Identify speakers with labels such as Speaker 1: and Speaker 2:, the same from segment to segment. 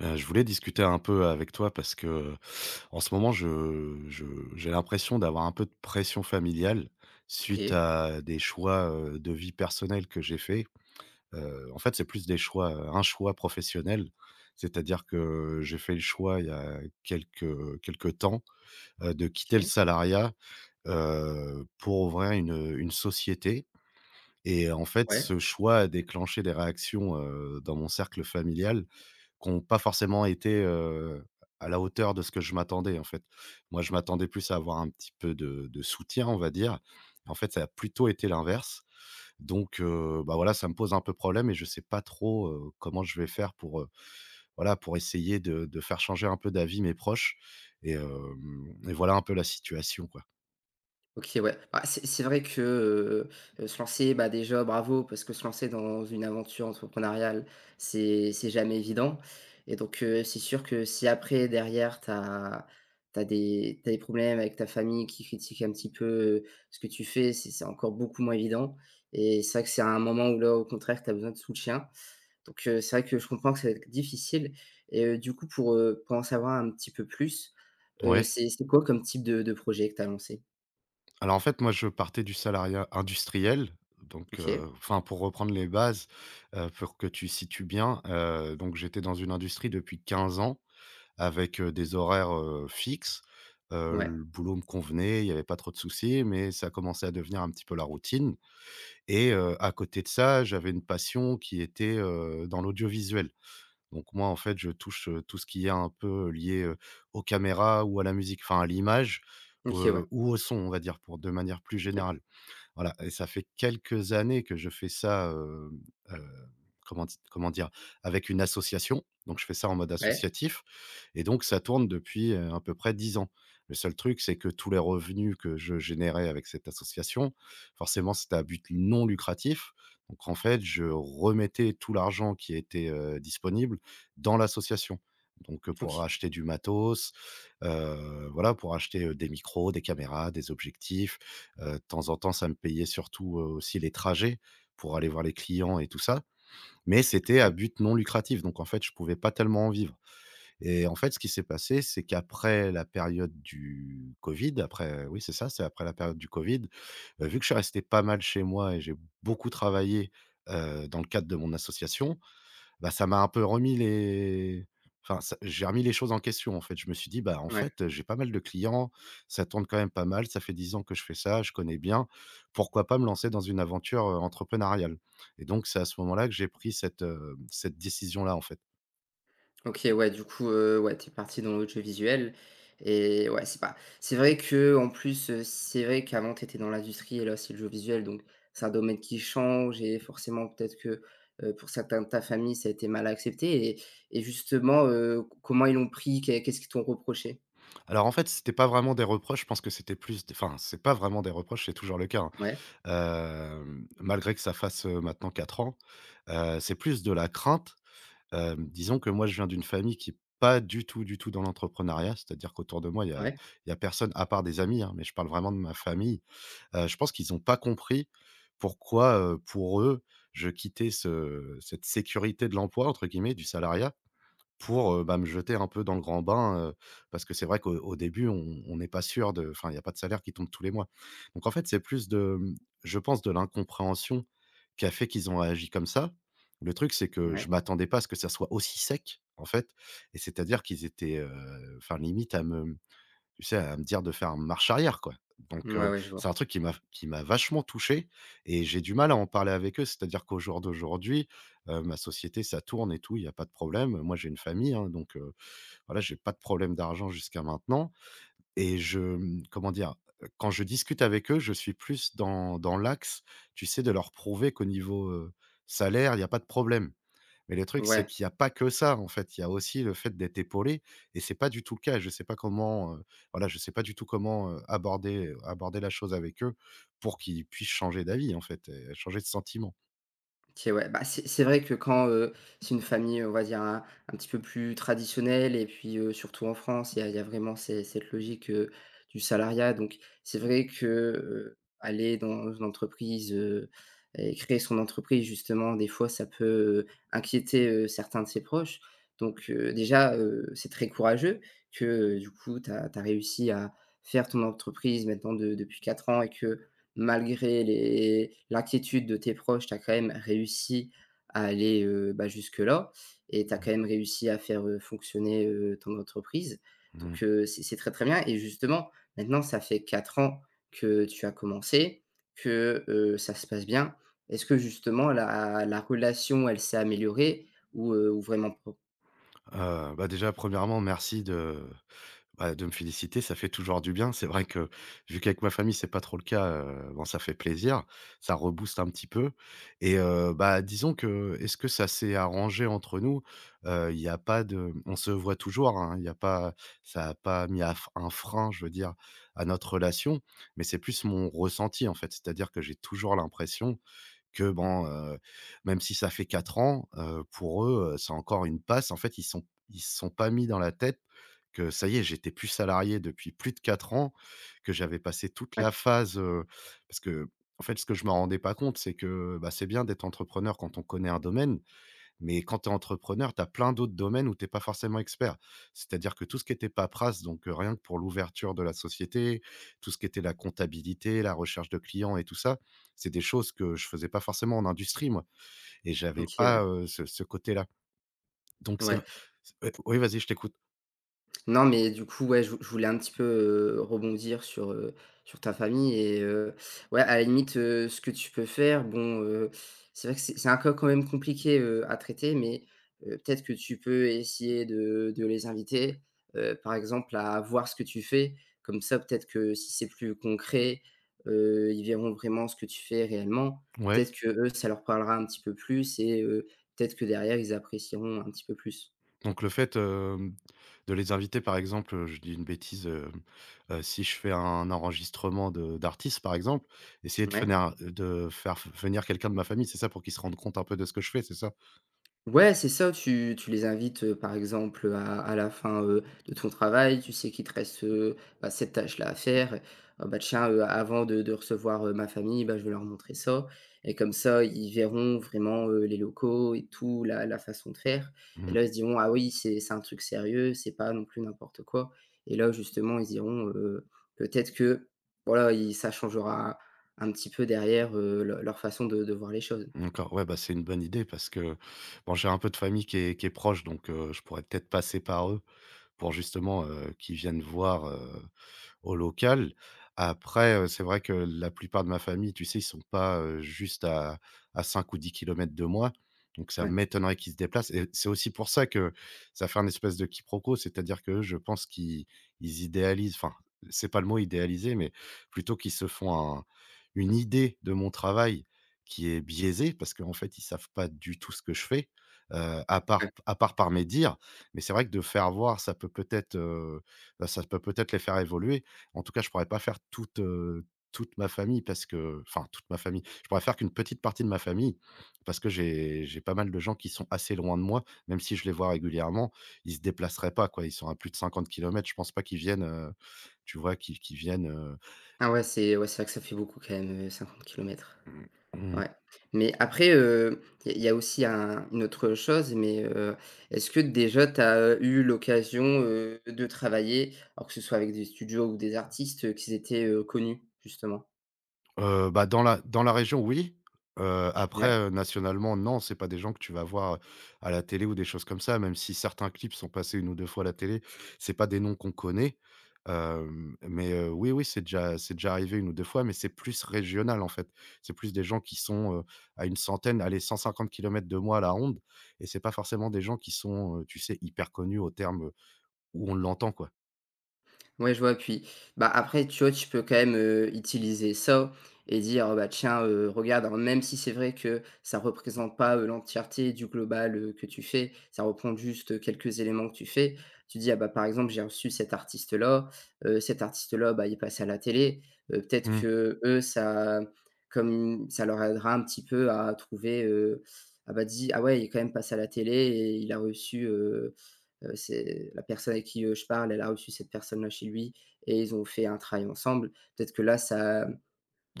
Speaker 1: Je voulais discuter un peu avec toi parce que, en ce moment, je j'ai l'impression d'avoir un peu de pression familiale suite
Speaker 2: OK,
Speaker 1: à des choix, de vie personnelle que j'ai faits. En fait, c'est plus des choix, un choix professionnel, c'est-à-dire que j'ai fait le choix il y a quelque temps, de quitter le
Speaker 2: OK,
Speaker 1: salariat, pour ouvrir une société et en fait,
Speaker 2: ouais,
Speaker 1: ce choix a déclenché des réactions, dans mon cercle familial qui ont pas forcément été, à la hauteur de ce que je m'attendais, en fait. Moi, je m'attendais plus à avoir un petit peu de soutien, on va dire. En fait, ça a plutôt été l'inverse. Donc, bah, voilà, ça me pose un peu problème et je sais pas trop, comment je vais faire pour, voilà, pour essayer de faire changer un peu d'avis mes proches et hem et voilà un peu la situation, quoi.
Speaker 2: OK, ouais. Bah, c'est vrai que, se lancer, bah, déjà bravo, parce que se lancer dans une aventure entrepreneuriale, c'est jamais évident et donc c'est sûr que si après, derrière, t'as des problèmes avec ta famille qui critique un petit peu, ce que tu fais, c'est encore beaucoup moins évident et c'est vrai que c'est un moment où là, au contraire, t'as besoin de soutien. Donc, c'est vrai que je comprends que ça va être difficile et du coup pour en savoir un petit peu plus,
Speaker 1: Ouais.
Speaker 2: c'est quoi comme type de projet que tu as lancé?
Speaker 1: Alors en fait, moi, je partais du salariat industriel. Donc,
Speaker 2: OK.
Speaker 1: enfin, pour reprendre les bases, pour que tu situes bien, donc j'étais dans une industrie depuis 15 ans avec, des horaires, fixes.
Speaker 2: Ouais.
Speaker 1: Le boulot me convenait, il n'y avait pas trop de soucis, mais ça commençait à devenir un petit peu la routine et à côté de ça, j'avais une passion qui était, dans l'audiovisuel. Donc moi, en fait, je touche, tout ce qui est un peu lié, aux caméras ou à la musique, enfin à l'image,
Speaker 2: OK, ouais.
Speaker 1: ou au son, on va dire, pour de manière plus
Speaker 2: OK.
Speaker 1: générale. Voilà et ça fait quelques années que je fais ça, heu, comment dire? Avec une association, donc je fais ça en mode
Speaker 2: Ouais.
Speaker 1: associatif et donc ça tourne depuis, à peu près 10 ans. Le seul truc, c'est que tous les revenus que je générais avec cette association, forcément, c'était à but non lucratif, donc en fait, je remettais tout l'argent qui était, disponible dans l'association, donc pour
Speaker 2: OK.
Speaker 1: acheter du matos, voilà, pour acheter, des micros, des caméras, des objectifs. De temps en temps, ça me payait surtout, aussi les trajets pour aller voir les clients et tout ça, mais c'était à
Speaker 2: Ouais.
Speaker 1: but non lucratif, donc en fait, je pouvais pas tellement en vivre et en fait, ce qui s'est passé, c'est qu'après la période du covid, après oui, c'est ça, c'est après la période du covid, vu que je suis resté pas mal chez moi et j'ai beaucoup travaillé, dans le cadre de mon association, bah, ça m'a un peu remis les enfin, ça j'ai remis les choses en question, en fait. Je me suis dit: «Bah, en
Speaker 2: Ouais.
Speaker 1: fait, j'ai pas mal de clients, ça tourne quand même pas mal, ça fait 10 ans que je fais ça, je connais bien. Pourquoi pas me lancer dans une aventure, entrepreneuriale?» et donc c'est à ce moment-là que j'ai pris cette décision-là, en fait.
Speaker 2: OK, ouais, du coup, ouais, t'es parti dans l'audiovisuel et ouais, c'est pas c'est vrai que en plus, c'est vrai qu'avant t'étais dans l'industrie et là, c'est le jeu visuel donc c'est un domaine qui change et forcément peut-être que, pour certains de ta famille, ça a été mal accepté et justement, comment ils l'ont pris? Qu'est-ce qu'ils t'ont reproché?
Speaker 1: Alors, en fait, c'était pas vraiment des reproches, je pense que c'était plus d enfin, c'est pas vraiment des reproches, c'est toujours le cas, hein.
Speaker 2: Ouais,
Speaker 1: Malgré que ça fasse, maintenant 4 ans, c'est plus de la crainte. Disons que moi, je viens d'une famille qui est pas du tout, du tout dans l'entrepreneuriat. C'est-à-dire qu'autour de moi,
Speaker 2: ouais,
Speaker 1: il y a personne à part des amis, hein, mais je parle vraiment de ma famille. Je pense qu'ils n'ont pas compris pourquoi, pour eux, je quittais ce cette «sécurité de l'emploi» entre guillemets, du salariat pour, bah, me jeter un peu dans le grand bain, parce que c'est vrai qu'au début, on n'est pas sûr de enfin, il y a pas de salaire qui tombe tous les mois. Donc en fait, c'est plus de, je pense, de l'incompréhension qui a fait qu'ils ont réagi comme ça. Le truc, c'est que je
Speaker 2: ouais.
Speaker 1: m'attendais pas à ce que ça soit aussi sec, en fait et c'est-à-dire qu'ils étaient, enfin, limite à me tu sais, à me dire de faire marche arrière, quoi. Donc
Speaker 2: Ouais, ouais, je
Speaker 1: c'est
Speaker 2: vois.
Speaker 1: un truc qui m'a vachement touché et j'ai du mal à en parler avec eux. C'est-à-dire qu'au jour d'aujourd'hui, ma société, ça tourne et tout, il y a pas de problème. Moi, j'ai une famille, hein, donc voilà, j'ai pas de problème d'argent jusqu'à maintenant et je, comment dire? Quand je discute avec eux, je suis plus dans l'axe, tu sais, de leur prouver qu'au niveau, salaire, il y a pas de problème. Mais le truc, c'est
Speaker 2: Ouais.
Speaker 1: qu'il n'y a pas que ça, en fait. Il y a aussi le fait d'être épaulé et c'est pas du tout le cas. Je sais pas comment, voilà, je sais pas du tout comment, aborder la chose avec eux pour qu'ils puissent changer d'avis, en fait et changer de sentiment.
Speaker 2: OK, ouais, bah, c'est vrai que quand, c'est une famille, on va dire, un petit peu plus traditionnelle et puis, surtout en France, il y a vraiment ces cette logique, du salariat donc c'est vrai que, aller dans une entreprise, et créer son entreprise justement, des fois, ça peut, heu, inquiéter, certains de ses proches donc déjà, c'est très courageux que, du coup, tu as réussi à faire ton entreprise maintenant de depuis 4 ans et que malgré les l'inquiétude de tes proches, tu as quand même réussi à aller, bah, jusque-là et tu as quand même réussi à faire, fonctionner, ton entreprise.
Speaker 1: Mmh.
Speaker 2: Donc, c'est très, très bien et justement, maintenant, ça fait 4 ans que tu as commencé, que, ça se passe bien. Est-ce que justement la relation, elle s'est améliorée ou vraiment pas?
Speaker 1: Bah, déjà, premièrement, merci de me féliciter, ça fait toujours du bien. C'est vrai que, vu qu'avec ma famille, c'est pas trop le cas, bon, ça fait plaisir, ça rebooste un petit peu et bah, disons que est-ce que ça s'est arrangé entre nous? Il y a pas de on se voit toujours, hein, il y a pas ça a pas mis à f un frein, je veux dire, à notre relation, mais c'est plus mon ressenti, en fait. C'est-à-dire que j'ai toujours l'impression que bon, même si ça fait 4 ans, pour eux, c'est encore une passe. En fait, ils se sont pas mis dans la tête que ça y est, j'étais plus salarié depuis plus de 4 ans, que j'avais passé toute la
Speaker 2: Ouais,
Speaker 1: phase, parce que, en fait, ce que je me rendais pas compte, c'est que, bah, c'est bien d'être entrepreneur quand on connaît un domaine mais quand tu es entrepreneur, tu as plein d'autres domaines où tu es pas forcément expert. C'est-à-dire que tout ce qui était paperasse, donc rien que pour l'ouverture de la société, tout ce qui était la comptabilité, la recherche de clients et tout ça, c'est des choses que je faisais pas forcément en industrie moi et j'avais
Speaker 2: OK, ouais,
Speaker 1: pas, ce côté-là. Donc c'est v
Speaker 2: ouais.
Speaker 1: c Oui, vas-y, je t'écoute.
Speaker 2: Non, mais du coup, ouais, je voulais un petit peu, rebondir sur, sur ta famille et ouais, à la limite, ce que tu peux faire, bon, c'est vrai que c'est un cas quand même compliqué, à traiter, mais peut-être que tu peux essayer de les inviter, par exemple, à voir ce que tu fais. Comme ça, peut-être que si c'est plus concret, ils verront vraiment ce que tu fais réellement.
Speaker 1: Ouais.
Speaker 2: Peut-être que eux ça leur parlera un petit peu plus et peut-être que derrière, ils apprécieront un petit peu plus.
Speaker 1: Donc le fait, de les inviter, par exemple, je dis une bêtise, si je fais un enregistrement de d'artistes, par exemple, essayer
Speaker 2: Ouais.
Speaker 1: de faire f venir quelqu'un de ma famille, c'est ça? Pour qu'ils se rendent compte un peu de ce que je fais, c'est ça?
Speaker 2: Ouais, c'est ça, tu les invites, par exemple, à la fin, de ton travail, tu sais qu'il te reste, bah, cette tâche-là à faire. «Ah bah tiens, avant de recevoir, ma famille, bah, je vais leur montrer ça» et comme ça, ils verront vraiment, les locaux et tout, la façon de faire et
Speaker 1: Mmh.
Speaker 2: là, ils se diront: «Ah oui, c'est un truc sérieux, c'est pas non plus n'importe quoi» et là, justement, ils diront, peut-être que, voilà, ils ça changera un petit peu derrière, leur façon de voir les choses.
Speaker 1: D'accord, ouais, bah, c'est une bonne idée parce que, bon, j'ai un peu de famille qui est proche, donc je pourrais peut-être passer par eux pour justement, qu'ils viennent voir, au local. Après, c'est vrai que la plupart de ma famille, tu sais, ils sont pas, juste à 5 ou 10 kilomètres de moi, donc ça
Speaker 2: Ouais. Ouais.
Speaker 1: m'étonnerait qu'ils se déplacent et c'est aussi pour ça que ça fait un espèce de quiproquo. C'est-à-dire que je pense qu'ils ils idéalisent enfin, c'est pas le mot idéaliser, mais plutôt qu'ils se font un une idée de mon travail qui est biaisée parce qu'en fait, ils savent pas du tout ce que je fais, à part par mes dires, mais c'est vrai que de faire voir, ça peut peut-être, bah, ça peut peut-être les faire évoluer. En tout cas, je pourrais pas faire toute ma famille parce que enfin, toute ma famille. Je pourrais faire qu'une petite partie de ma famille parce que j'ai pas mal de gens qui sont assez loin de moi, même si je les vois régulièrement, ils se déplaceraient pas, quoi. Ils sont à plus de 50 kilomètres, je pense pas qu'ils viennent, tu vois? Qu'ils viennent,
Speaker 2: Ah ouais, c'est vrai que ça fait beaucoup quand même, 50 km.
Speaker 1: heu
Speaker 2: Ouais. Mais après, euh, il y a y a aussi un une autre chose, mais, est-ce que déjà tu as, eu l'occasion, de travailler, alors que ce soit avec des studios ou des artistes, qui étaient, connus justement?
Speaker 1: Bah, dans la région, oui.
Speaker 2: Ouais.
Speaker 1: Après, nationalement, non, c'est pas des gens que tu vas voir, à la télé ou des choses comme ça, même si certains clips sont passés une ou 2 fois à la télé, c'est pas des noms qu'on connaît. Mais oui, oui, c'est déjà arrivé une ou 2 fois, mais c'est plus régional, en fait. C'est plus des gens qui sont, à une centaine, allez, 150 kilomètres de moi à la ronde et c'est pas forcément des gens qui sont, tu sais, hyper connus au terme, où on l'entend, quoi.
Speaker 2: Ouais, je vois, puis, bah, après, tu vois, tu peux quand même, utiliser ça et dire: «Bah, tiens, regarde», alors même si c'est vrai que ça représente pas, l'entièreté du global, que tu fais, ça reprend juste, quelques éléments que tu fais. Tu dis: «Ah, bah, par exemple, j'ai reçu cet artiste-là, bah, il est passé à la télé». Peut-être
Speaker 1: Mmh.
Speaker 2: que eux ça comme ça leur aidera un petit peu à trouver, «Ah, bah, dis ah ouais, il est quand même passé à la télé et il a reçu, heu». C'est la personne avec qui, je parle, elle a reçu cette personne-là chez lui et ils ont fait un travail ensemble. Peut-être que là, ça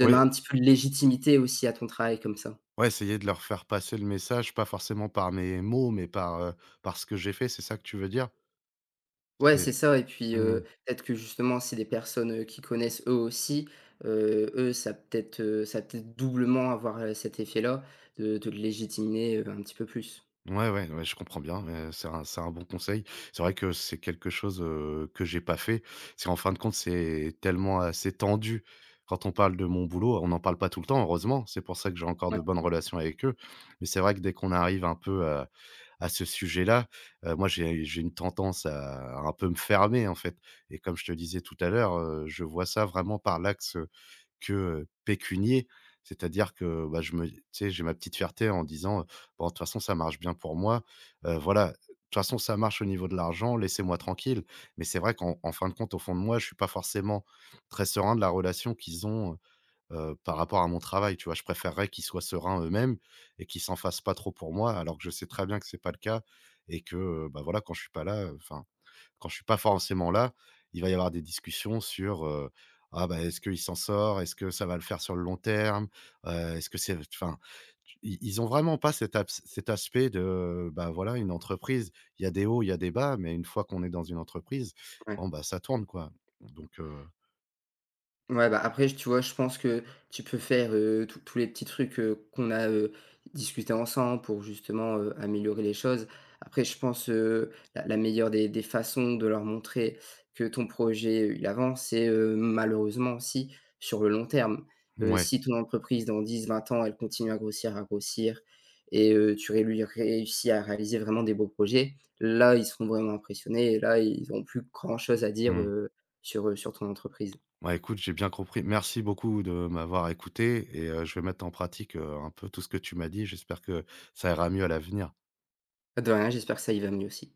Speaker 1: Oui,
Speaker 2: un petit peu de légitimité aussi à ton travail comme ça.
Speaker 1: ouais, essayer de leur faire passer le message, pas forcément par mes mots, mais par ce que j'ai fait, c'est ça que tu veux dire?
Speaker 2: Ouais, c'est
Speaker 1: C'est
Speaker 2: ça et puis,
Speaker 1: mmh.
Speaker 2: peut-être que justement, c'est des personnes, qui connaissent eux aussi, eux, ça peut-être doublement avoir, cet effet-là de te légitimer, un petit peu plus.
Speaker 1: Ouais, ouais, ouais, je comprends bien, c'est un bon conseil. C'est vrai que c'est quelque chose, que j'ai pas fait. C'est en fin de compte, c'est tellement assez tendu quand on parle de mon boulot. On n'en parle pas tout le temps, heureusement. C'est pour ça que j'ai encore
Speaker 2: Ouais,
Speaker 1: de bonnes relations avec eux. Mais c'est vrai que dès qu'on arrive un peu à ce sujet-là, moi j'ai une tendance à un peu me fermer, en fait et comme je te disais tout à l'heure, je vois ça vraiment par l'axe, que, pécunier. C'est-à-dire que, bah, je me tu sais, j'ai ma petite fierté en disant: «Bon, de toute façon, ça marche bien pour moi, voilà, de toute façon, ça marche au niveau de l'argent, laissez-moi tranquille». Mais c'est vrai qu'en en fin de compte, au fond de moi, je suis pas forcément très serein de la relation qu'ils ont, par rapport à mon travail, tu vois? Je préférerais qu'ils soient sereins eux-mêmes et qu'ils s'en fassent pas trop pour moi, alors que je sais très bien que c'est pas le cas et que, bah, voilà, quand je suis pas là, enfin, quand je suis pas forcément là, il va y avoir des discussions sur: «Ah, bah, est-ce qu'il s'en sort? Est-ce que ça va le faire sur le long terme? Est-ce que c'est» enfin, ils ont vraiment pas cet aspect de, bah, voilà, une entreprise, il y a des hauts, il y a des bas, mais une fois qu'on est dans une entreprise,
Speaker 2: ouais.
Speaker 1: bon, bah, ça tourne, quoi. Donc
Speaker 2: Ouais, bah, après, j tu vois, je pense que tu peux faire, tous les petits trucs, qu'on a, discutés ensemble pour justement, améliorer les choses. Après, je pense, la meilleure des façons de leur montrer que ton projet, il avance, c'est, malheureusement aussi sur le long terme.
Speaker 1: ouais.
Speaker 2: Si ton entreprise dans dix vingt ans, elle continue à grossir et tu ré lui réussis à réaliser vraiment des beaux projets, là, ils seront vraiment impressionnés et là, ils auront plus grand chose à dire,
Speaker 1: Mmh.
Speaker 2: sur, sur ton entreprise.
Speaker 1: Bah, écoute, j'ai bien compris. Merci beaucoup de m'avoir écouté et je vais mettre en pratique, un peu tout ce que tu m'as dit. J'espère que ça ira mieux à l'avenir.
Speaker 2: À de rien, j'espère que ça y va mieux aussi.